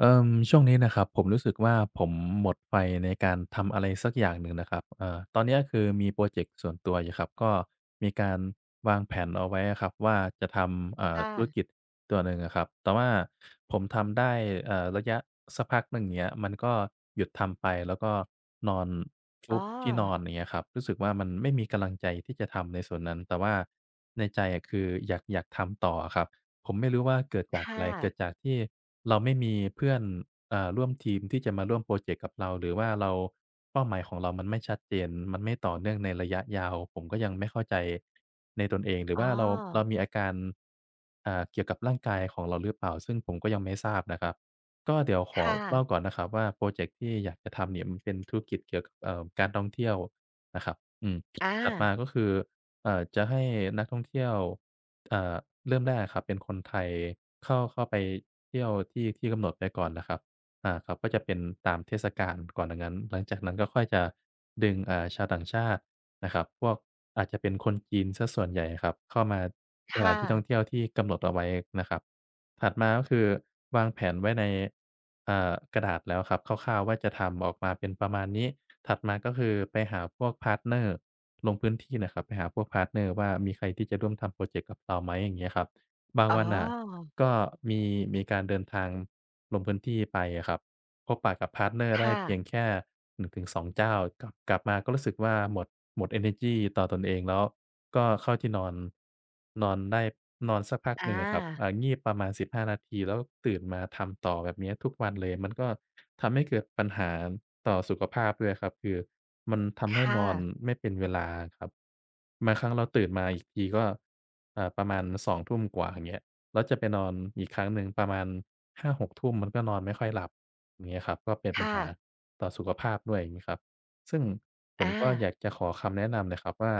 ช่วงนี้นะครับผมรู้สึกว่าผมหมดไฟในการทำอะไรสักอย่างหนึ่งนะครับตอนเนี้ยคือมีพรอเจกต์ส่วนตัวอยู่ครับก็มีการวางแผนเอาไว้อะครับว่าจะทำค่ะธุรกิจตัวหนึ่งอะครับแต่ว่าผมทำได้ระยะสักพักหนึ่งอย่างเงี้ยมันก็หยุดทำไปแล้วก็นอนอ๋ฟุอบที่นอนอย่างเงี้ยครับรู้สึกว่ามันไม่มีกำลังใจที่จะทำในส่วนนั้นแต่ว่าในใจอะคืออยากทำต่ออะครับ ผมไม่รู้ว่าเกิดจากอะค่ะไรเกิดจากที่เราไม่มีเพื่อนร่วมทีมที่จะมาร่วมพรอเจกต์กับเราหรือว่าเราเป้าหมายของเรามันไม่ชัดเจนมันไม่ต่อเนื่องในระยะยาว ผมก็ยังไม่เข้าใจในตนเองหรืออ๋อว่าเรามีอาการเกี่ยวกับร่างกายของเราหรือเปล่าซึ่งผมก็ยังไม่ทราบนะครับก็เดี๋ยวขอค่ะเล่าก่อนนะครับว่าพรอเจกต์ที่อยากจะทำเนี่ยมันเป็นธุรกิจเกี่ยวกับการท่องเที่ยวนะครับอืมถัดมาอาก็คือจะให้นักท่องเที่ยว เอ่อเริ่มแรกอะครับเป็นคนไทยเข้าไปเที่ยวที่ที่กำหนดไว้ก่อนนะครับอ่าครับก็จะเป็นตามเทศกาลก่อนดังนั้นหลังจากนั้นก็ค่อยจะดึงชาวต่างชาตินะครับพวกอาจจะเป็นคนจีนเสียส่วนใหญ่อะครับเข้ามาสถานค่ะที่ท่องเที่ยวที่กำหนดเอาไว้นะครับถัดมาก็คือวางแผนไว้ในกระดาษแล้วครับคร่าวๆว่าจะทำออกมาเป็นประมาณนี้ ถัดมาก็คือไปหาพวกพาร์ตเนอร์ลงพื้นที่น่ะครับไปหาพวกพาร์ตเนอร์ว่ามีใครที่จะร่วมทำพรอเจกต์กับเราไหมอย่างเงี้ยครับบางอ๋อวันน่ะก็มีมีการเดินทางลงพื้นที่ไปอะครับ พบปะกับพาร์ตเนอร์ได้ค่ะเพียงแค่1-2เจ้ากลับมาก็รู้สึกว่าหมดเอเนอร์จีต่อตนเองแล้วก็เข้าที่นอนนอนได้นอนสักพักหอานึ่งอะครับอ่างีบประมาณ15นาทีแล้วตื่นมาทำต่อแบบเนี้ยทุกวันเลยมันก็ทำให้เกิดปัญหาต่อสุขภาพด้วยครับคือมันทำให้นค่ะอนไม่เป็นเวลาครับบางครั้งเราตื่นมาอีกทีก็อ่าประมาณ2ทุ่มกว่าอย่างเงี้ย แล้วจะไปนอนอีกครั้งหนึ่งประมาณ5-6ทุ่มมันก็นอนไม่ค่อยหลับอย่างเงี้ยครับก็เป็นปัญค่ะหาต่อสุขภาพด้วยอย่างงี้ครับซึ่งผมอา ก็อยากจะขอคำแนะนำหน่อยครับว่า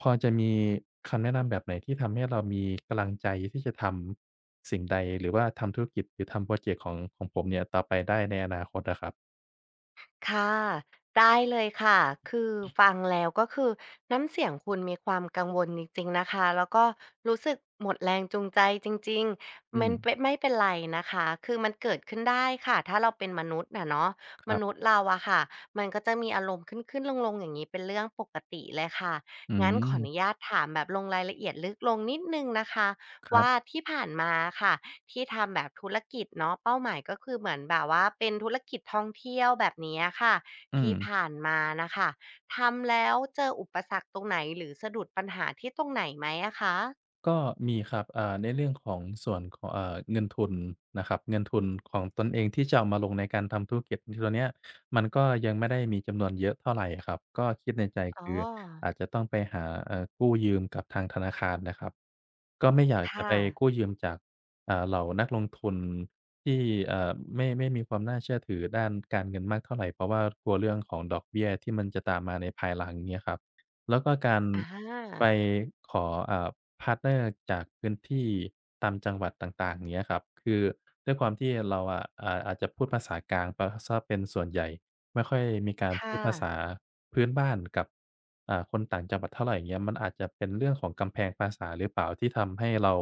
พอจะมีคำแนะนำแบบไหนที่ทำให้เรามีกำลังใจที่จะทำสิ่งใดหรือว่าทำธุรกิจหรือทำพรอเจกต์ของผมเนี่ยต่อไปได้ในอนาคตอะครับค่ะได้เลยค่ะคือฟังแล้วก็คือน้ำเสียงคุณมีความกังวลจริงๆนะคะแล้วก็รู้สึกหมดแรงจูงใจจริงอืๆมัมนเป็นไม่เป็นไรนะคะคือมันเกิดขึ้นได้ค่ะถ้าเราเป็นมนุษย์น่ะเนาะคมรันุษบย์เราอะค่ะมันก็จะมีอารมณ์ขึ้นๆลงๆอย่างงี้เป็นเรื่องปกติเลยค่ะอืงั้นขออนุมญาตถามแบบลงรายละเอียดลึกลงนิดหนึ่งนะคะครัว่าบที่ผ่านมาอะค่ะ ที่ทำแบบธุรกิจเนาะเป้าหมายก็คือเหมือนแบบว่าเป็นธุรกิจท่องเที่ยวแบบนี้ค่ะอืม ที่ผ่านมานะคะทำแล้วเจออุปสรรคตรงไหนหรือสะดุดปัญหาที่ตรงไหนไหมอะคะก็มีครับในเรื่องของส่วนของเงินทุนนะครับเงินทุนของตนเองที่จะเอามาลงในการทำธุรกิจตัวเนี้ยมันก็ยังไม่ได้มีจำนวนเยอะเท่าไรครับก็คิดในใจอ๋อคืออาจจะต้องไปหากู้ยืมกับทางธนาคารนะครับก็ไม่อยากจะค่ะไปกู้ยืมจากเหล่านักลงทุนที่เอ่อไม่ไม่มีความน่าเชื่อถือด้านการเงินมากเท่าไรเพราะว่ากลัวเรื่องของดอกเบี้ยที่มันจะตามมาในภายหลังเงี้ยครับ แล้วก็การอไปาขออ่าพาร์ตเนอร์จากพื้นที่ตามจังหวัดต่างๆเงี้ยครับ คือด้วยความที่เราอะอาจจะพูดภาษากลางเปาเสียเป็นส่วนใหญ่ ไม่ค่อยมีการพูค่ะดภาษาพื้นบ้านกับคนต่างจังหวัดเท่าไรเงี้ยมันอาจจะเป็นเรื่องของกำแพงภาษาหรือเปล่าที่ทำให้เรา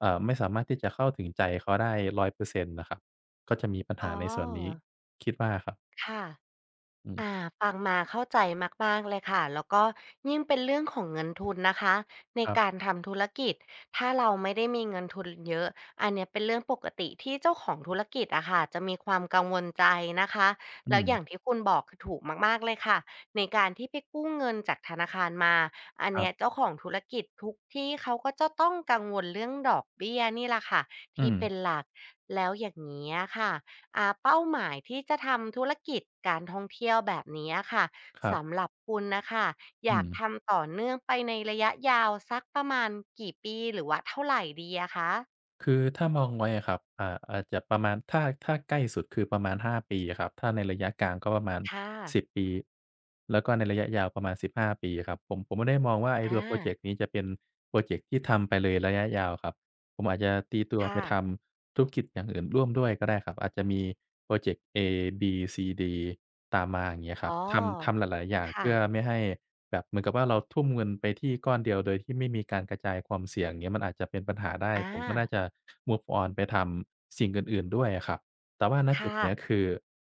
ไม่สามารถที่จะเข้าถึงใจเขาได้100%นต์น่ะครับ ก็จะมีปัญอ๋หาในส่วนนี้อคิดว่าครับค่ะ อือามฟังมาเข้าใจมากๆเลยค่ะแล้วก็ยิ่งเป็นเรื่องของเงินทุนนะคะในครัการบทำธุรกิจ ถ้าเราไม่ได้มีเงินทุนเยอะอันเนี้ยเป็นเรื่องปกติที่เจ้าของธุรกิจอะค่ะจะมีความกังวลใจนะคะอืแล้วมอย่างที่คุณบอกคือถูกมากๆเลยค่ะในการที่ไปกู้เงินจากธนาคารมาอันครัเนี้ยบเจ้าของธุรกิจทุกที่เขาก็จะต้องกังวลเรื่องดอกเบี้ยนี่แหละค่ะอืที่มเป็นหลักแล้วอย่างนี้ยค่ะ เป้าหมายที่จะทำธุรกิจการท่องเที่ยวแบบนี้ค่ะครับสำหรับคุณนะคะออืยากม ทำต่อเนื่องไปในระยะยาวสักประมาณกี่ปีหรือว่าเท่าไหร่ดีอะคะคือถ้ามองไว้อะครับอาจจะประมาณถ้าใกล้สุดคือประมาณ5ปีอะครับถ้าในระยะกลางก็ประมาณค่ะ1บปีแล้วก็ในระยะยาวประมาณ15 ปีครับผมไม่ได้มองว่าไอ้ตัอาวพรอเจกต์นี้จะเป็นพรอเจกต์ที่ทำไปเลยระยะยาวครับผมอาจจะตีตัวไปค่ะทำธุรกิจอย่างอื่นร่วมด้วยก็ได้ครับอาจจะมีพรอเจกต์ A B C D ตามมาอย่างเงี้ยครัอ๋อบทำหลายๆอย่างค่ะเพื่อไม่ให้ แบบเหมือนกับว่าเราทุ่มเงินไปที่ก้อนเดียวโดยที่ไม่มีการกระจายความเสี่ยงอย่างเงี้ยมันอาจจะเป็นปัญหาได้อผมก็น่าาจะ move on ไปทำสิ่งอื่นๆด้วยอะครับแต่ว่าณจุดค่ะเนี้ยคือ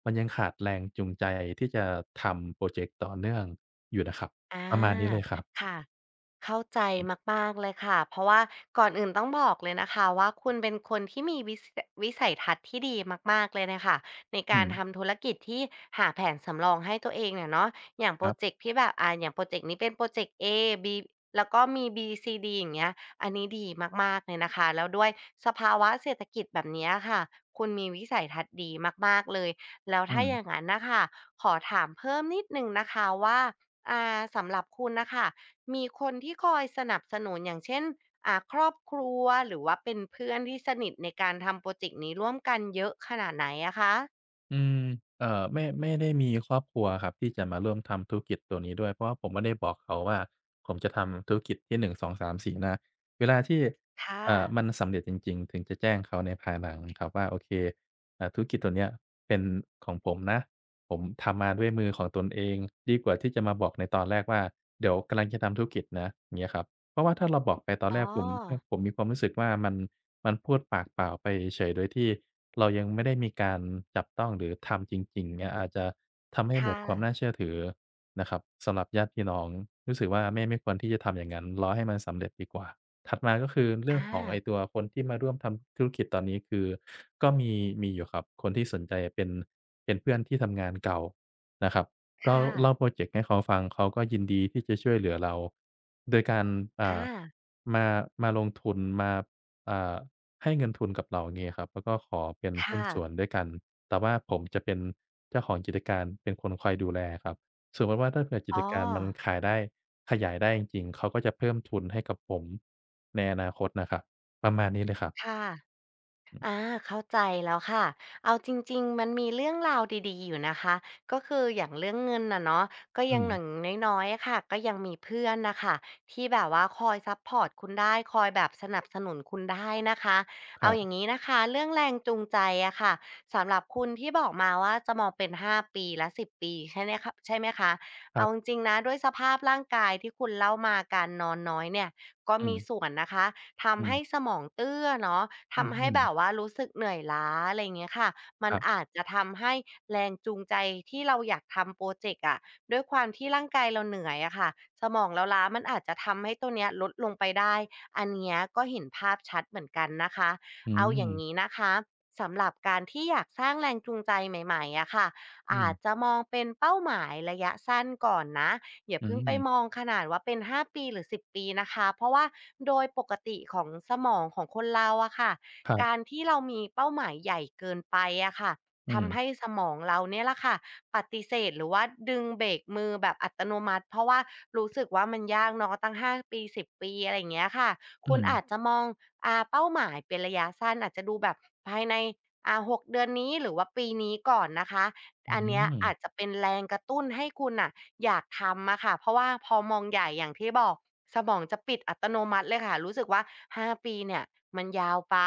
มันยังขาดแรงจูงใจที่จะทำพรอเจกต์ต่อเนื่องอยู่นะครับประมาณนี้เลยอาครับค่ะ เข้าใจมากๆเลยค่ะเพราะว่าก่อนอื่นต้องบอกเลยนะคะว่าคุณเป็นคนที่มีวิสัยทัศน์ที่ดีมากๆเลยน่ะค่ะในอืการมทำธุรกิจที่หาแผนสำรองให้ตัวเองน่ะเนาะอย่างพครอรัเจบกต์ที่แบบอย่างพรอเจกต์นี้เป็นพรอเจกต์เอบีแล้วก็มีบีซีดีอย่างเงี้ยอันนี้ดีมากๆเลยนะคะแล้วด้วยสภาวะเศรษฐกิจแบบเนี้ยค่ะคุณมีวิสัยทัศน์ดีมากๆเลยแล้วอืถ้าม อย่างงั้นน่ะค่ะขอถามเพิ่มนิดหนึ่งนะคะว่าสำหรับคุณน่ะค่ะ มีคนที่คอยสนับสนุนอย่างเช่นครอบครัวหรือว่าเป็นเพื่อนที่สนิทในการทำโปรเจกต์นี้ร่วมกันเยอะขนาดไหนอะคะอืมไม่ได้มีครอบครัวครับที่จะมาร่วมทำธุรกิจตัวนี้ด้วยเพราะว่าผมไม่ได้บอกเขาว่าผมจะทำธุรกิจที่1 2 3 4นะเวลาที่ค่ะมันสำเร็จจริงๆถึงจะแจ้งเขาในภายหลังครับว่าโอเคอ่าธุรกิจตัวเนี้ยเป็นของผมนะผมทำมาด้วยมือของตนเองดีกว่าที่จะมาบอกในตอนแรกว่าเดี๋ยวกำลังจะทำธุรกิจนะอย่างเงี้ยครับเพราะว่าถ้าเราบอกไปตอนแรอ๋อกผมมีความรู้สึกว่ามัน พูดปากเปล่าไปเฉยโดยที่เรายังไม่ได้มีการจับต้องหรือทำจริงๆเนี่ยอาจจะทำให้หมดค่ะความน่าเชื่อถือนะครับสำหรับญาติพี่น้องรู้สึกว่าไม่ควรที่จะทำอย่างนั้นรอให้มันสำเร็จดีกว่าถัดมาก็คือเรื่องอาของไอ้ตัวคนที่มาร่วมทำธุรกิจตอนนี้คือก็มีอยู่ครับคนที่สนใจเป็นเพื่อนที่ทำงานเก่านะครับก็ค่ะเล่าพรอเจกต์ให้เขาฟังเขาก็ยินดีที่จะช่วยเหลือเราโดยการอาอ่ามาลงทุนมาอ่า ให้เงินทุนกับเราอย่างงี้ครับแล้วก็ขอเป็นหุ้นค่ะส่วนด้วยกันแต่ว่าผมจะเป็นเจ้าของกิจการเป็นคนคอยดูแลครับสมมุติว่าถ้าเผื่อกิจอ๋อการมันขายได้ขยายได้จริงๆเขาก็จะเพิ่มทุนให้กับผมในอนาคตนะครับประมาณนี้เลยครับค่ะ อาเข้าใจแล้วค่ะเอาจริงๆมันมีเรื่องราวดีๆอยู่นะคะก็คืออย่างเรื่องเงินน่ะเนาะก็อืยังมหน่งน้อยๆอะค่ะก็ยังมีเพื่อนนะคะที่แบบว่าคอยซัพพอร์ตคุณได้คอยแบบสนับสนุนคุณได้นะคะคเอารัอย่างบนี้นะคะเรื่องแรงจูงใจอะค่ะสำหรับคุณที่บอกมาว่าจะมองเป็น5ปีและ10ปีใช่ไหมครับใช่ไหมคะครัเอาจบริงๆนะด้วยสภาพร่างกายที่คุณเล่ามาการนอนน้อยเนี่ย ก็อืมีมส่วนนะคะอืทำมให้สมองตื้อเนาะอืทำให้มแบบๆว่ารู้สึกเหนื่อยล้าอะไร่เงี้ยค่ะมัคนรัอาบจจะทำให้แรงจูงใจที่เราอยากทำโปรเจกต์อะด้วยความที่ร่างกายเราเหนื่อยอะค่ะสมองเราล้ามันอาจจะทำให้ตัวเนี้ยลดลงไปได้อันเนี้ยก็เห็นภาพชัดเหมือนกันนะคะอืเอาอมย่างงี้นะคะสำหรับการที่อยากสร้างแรงจูงใจใหม่ๆอะค่ะอืมอาจจะมองเป็นเป้าหมายระยะสั้นก่อนนะ อย่าอืเพิ่งไปมองมขนาดว่าเป็น5ปีหรือ10ปีนะคะเพราะว่าโดยปกติของสมองของคนเราอะค่ะครัการบที่เรามีเป้าหมายใหญ่เกินไปอะค่ะอืทำมให้สมองเราเนี่ยละค่ะปฏิเสธหรือว่าดึงเบรกมือแบบอัตโนมัติเพราะว่ารู้สึกว่ามันยากเนาะตั้ง5ปี10ปีอะไรอย่างเงี้ยค่ะอืคุณมอาจจะมองอาเป้าหมายเป็นระยะสั้นอาจจะดูแบบภายใน6 เดือนนี้หรือว่าปีนี้ก่อนนะคะอือันเนี้ยมอาจจะเป็นแรงกระตุ้นให้คุณน่ะ อยากทำอะค่ะเพราะว่าพอมองใหญ่อย่างที่บอกสมองจะปิดอัตโนมัติเลยค่ะรู้สึกว่า5ปีเนี่ยมันยาวไป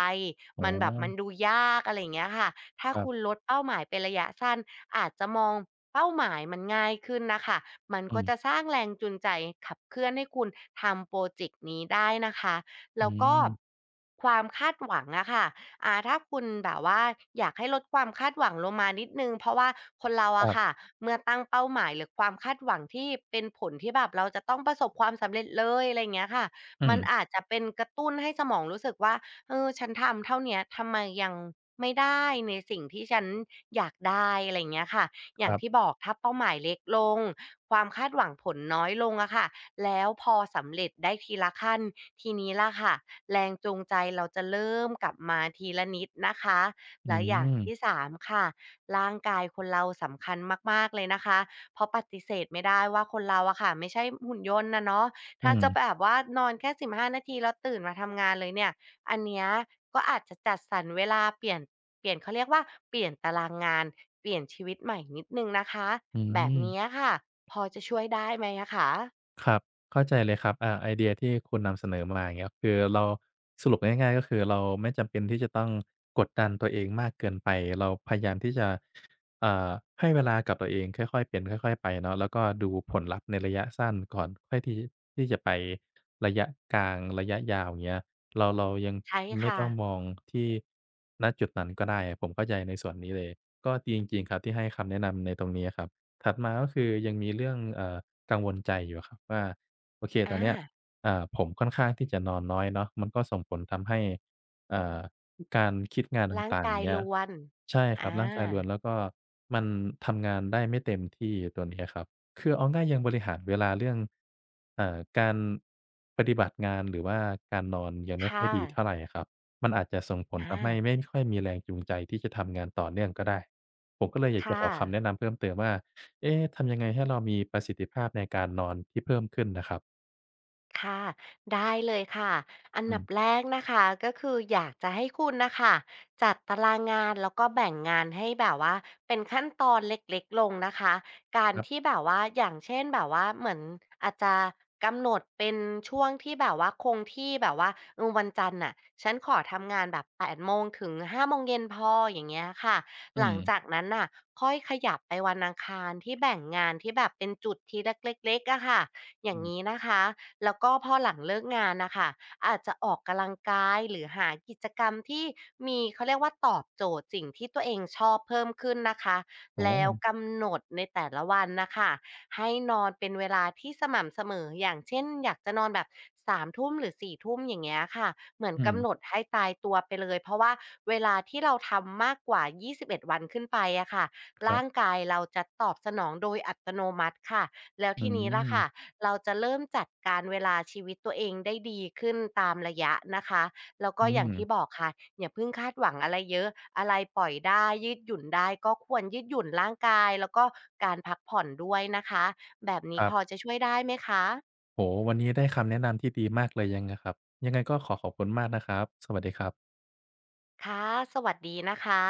อ๋อมันแบบมันดูยากอะไรอย่างเงี้ยค่ะถ้าครัคุณบลดเป้าหมายเป็นระยะสั้นอาจจะมองเป้าหมายมันง่ายขึ้นน่ะค่ะมันอืก็จะมสร้างแรงจูงใจขับเคลื่อนให้คุณทำพรอเจกต์นี้ได้นะคะอืแล้วก็มความคาดหวังอะค่ะ ถ้าคุณแบบว่าอยากให้ลดความคาดหวังลงมานิดนึงเพราะว่าคนเราคอะรัค่ะบเมื่อตั้งเป้าหมายหรือความคาดหวังที่เป็นผลที่แบบเราจะต้องประสบความสำเร็จเลยอะไร่างเงี้ยค่ะอืมันมอาจจะเป็นกระตุ้นให้สมองรู้สึกว่าเออฉันทำเท่าเนี้ยทำไมยังไม่ได้ในสิ่งที่ฉันอยากได้อะไรอยาเงี้ยค่ะอคย่างรัที่บบอกถ้าเป้าหมายเล็กลงความคาดหวังผลน้อยลงอะค่ะแล้วพอสำเร็จได้ทีละขั้นทีนี้ล่ะค่ะ แรงจูงใจเราจะเริ่มกลับมาทีละนิดนะคะอืและอย่างมที่3ค่ะร่างกายคนเราสำคัญมากๆเลยนะคะเพราะปฏิเสธไม่ได้ว่าคนเราอะค่ะไม่ใช่หุ่นยนต์นะเนาะอืถ้ามจะแบบว่านอนแค่15นาทีแล้วตื่นมาทำงานเลยเนี่ยอันเนี้ยก็อาจจะจัดสรรเวลาเปลี่ยนเขาเรียกว่าเปลี่ยนตารางงานเปลี่ยนชีวิตใหม่นิดหนึ่งนะคะอืแบบม เนี้ยค่ะพอจะช่วยได้ไหมอะคะครับเข้าใจเลยครับอ่าไอเดียที่คุณนำเสนอมาอย่างเงี้ยคือเราสรุปง่ายๆก็คือเราไม่จำเป็นที่จะต้องกดดันตัวเองมากเกินไปเราพยายามที่จะอ่าให้เวลากับตัวเองค่อยๆเป็นค่อยๆไปเนาะแล้วก็ดูผลลัพธ์ในระยะสั้นก่อนค่อยที่จะไประยะกลางระยะยาวอย่างเงี้ยเรายังใช่ไม่ค่ะต้องมองที่ณจุดนั้นก็ได้ผมเข้าใจในส่วนนี้เลยก็ดีจริงๆครับที่ให้คำแนะนำในตรงนี้อะครับ ถัดมาก็คือยังมีเรื่องกังวลใจอยู่อะครับว่าโอเคตอนอา เนี้ยอ่าผมค่อนข้างที่จะนอนน้อยเนาะมันก็ส่งผลทำให้เอ่อการคิดงานตร่าง่างกาๆยเงี้รยวนใช่ครับ อาร่างกายรวนแล้วก็มันทำงานได้ไม่เต็มที่ตัวเนี้ยครับคือเอาง่ายๆยังบริหารเวลาเรื่องการปฏิบัติงานหรือว่าการนอนยังไม่ค่อยค่ะดีเท่าไรอะครับมันอาจจะส่งผลอาทำให้ไม่ค่อยมีแรงจูงใจที่จะทำงานต่อเนื่องก็ได้ผมก็เลยอยากจะขค่ะ อคำแนะนำเพิ่มเติมว่า เอ๊ะทำยังไงให้เรามีประสิทธิภาพในการนอนที่เพิ่มขึ้นนะครับ ค่ะได้เลยค่ะอันอืดับแรม กนะคะก็คืออยากจะให้คุณนะคะจัดตารางงานแล้วก็แบ่งงานให้แบบว่าเป็นขั้นตอนเล็กๆลงนะคะการครัที่บ แบบว่าอย่างเช่นแบบว่าเหมือนอาจจะกำหนดเป็นช่วงที่แบบว่าคงที่แบบว่าเออวันจันทร์น่ะฉันขอทำงานแบบ8 โมงถึง5โมงเย็นพออย่างเงี้ยค่ะอืหลังมจากนั้นน่ะค่อยขยับไปวันอังคารที่แบ่งงานที่แบบเป็นจุดทีเล็กๆอะค่ะอย่าอืงนี้มนะคะ แล้วก็พอหลังเลิกงานนะคะอาจจะออกกำลังกายหรือหากิจกรรมที่มีเขาเรียกว่าตอบโจทย์สิ่งที่ตัวเองชอบเพิ่มขึ้นนะคะอ๋อแล้วกำหนดในแต่ละวันนะคะให้นอนเป็นเวลาที่สม่ำเสมออย่างเช่นอยากจะนอนแบบ3 ทุ่มหรือ4 ทุ่มอย่างเงี้ยค่ะเหมือนอืมกำหนดให้ตายตัวไปเลยเพราะว่าเวลาที่เราทำมากกว่า21วันขึ้นไปอะค่ะครัร่างบกายเราจะตอบสนองโดยอัตโนมัติค่ะแล้วอืทีนี้ล่ะมค่ะ เราจะเริ่มจัดการเวลาชีวิตตัวเองได้ดีขึ้นตามระยะนะคะแล้วก็อือย่าม งที่บอกค่ะอย่าเพิ่งคาดหวังอะไรเยอะอะไรปล่อยได้ยืดหยุ่นได้ก็ควรยืดหยุ่นร่างกายแล้วก็การพักผ่อนด้วยนะคะแบบคนี้รัพอบจะช่วยได้ไหมคะโอ้โฮวันนี้ได้คำแนะนำที่ดีมากเลยยังไงครับ ยังไงก็ขอขอบคุณมากนะครับ สวัสดีครับค่ะสวัสดีนะคะ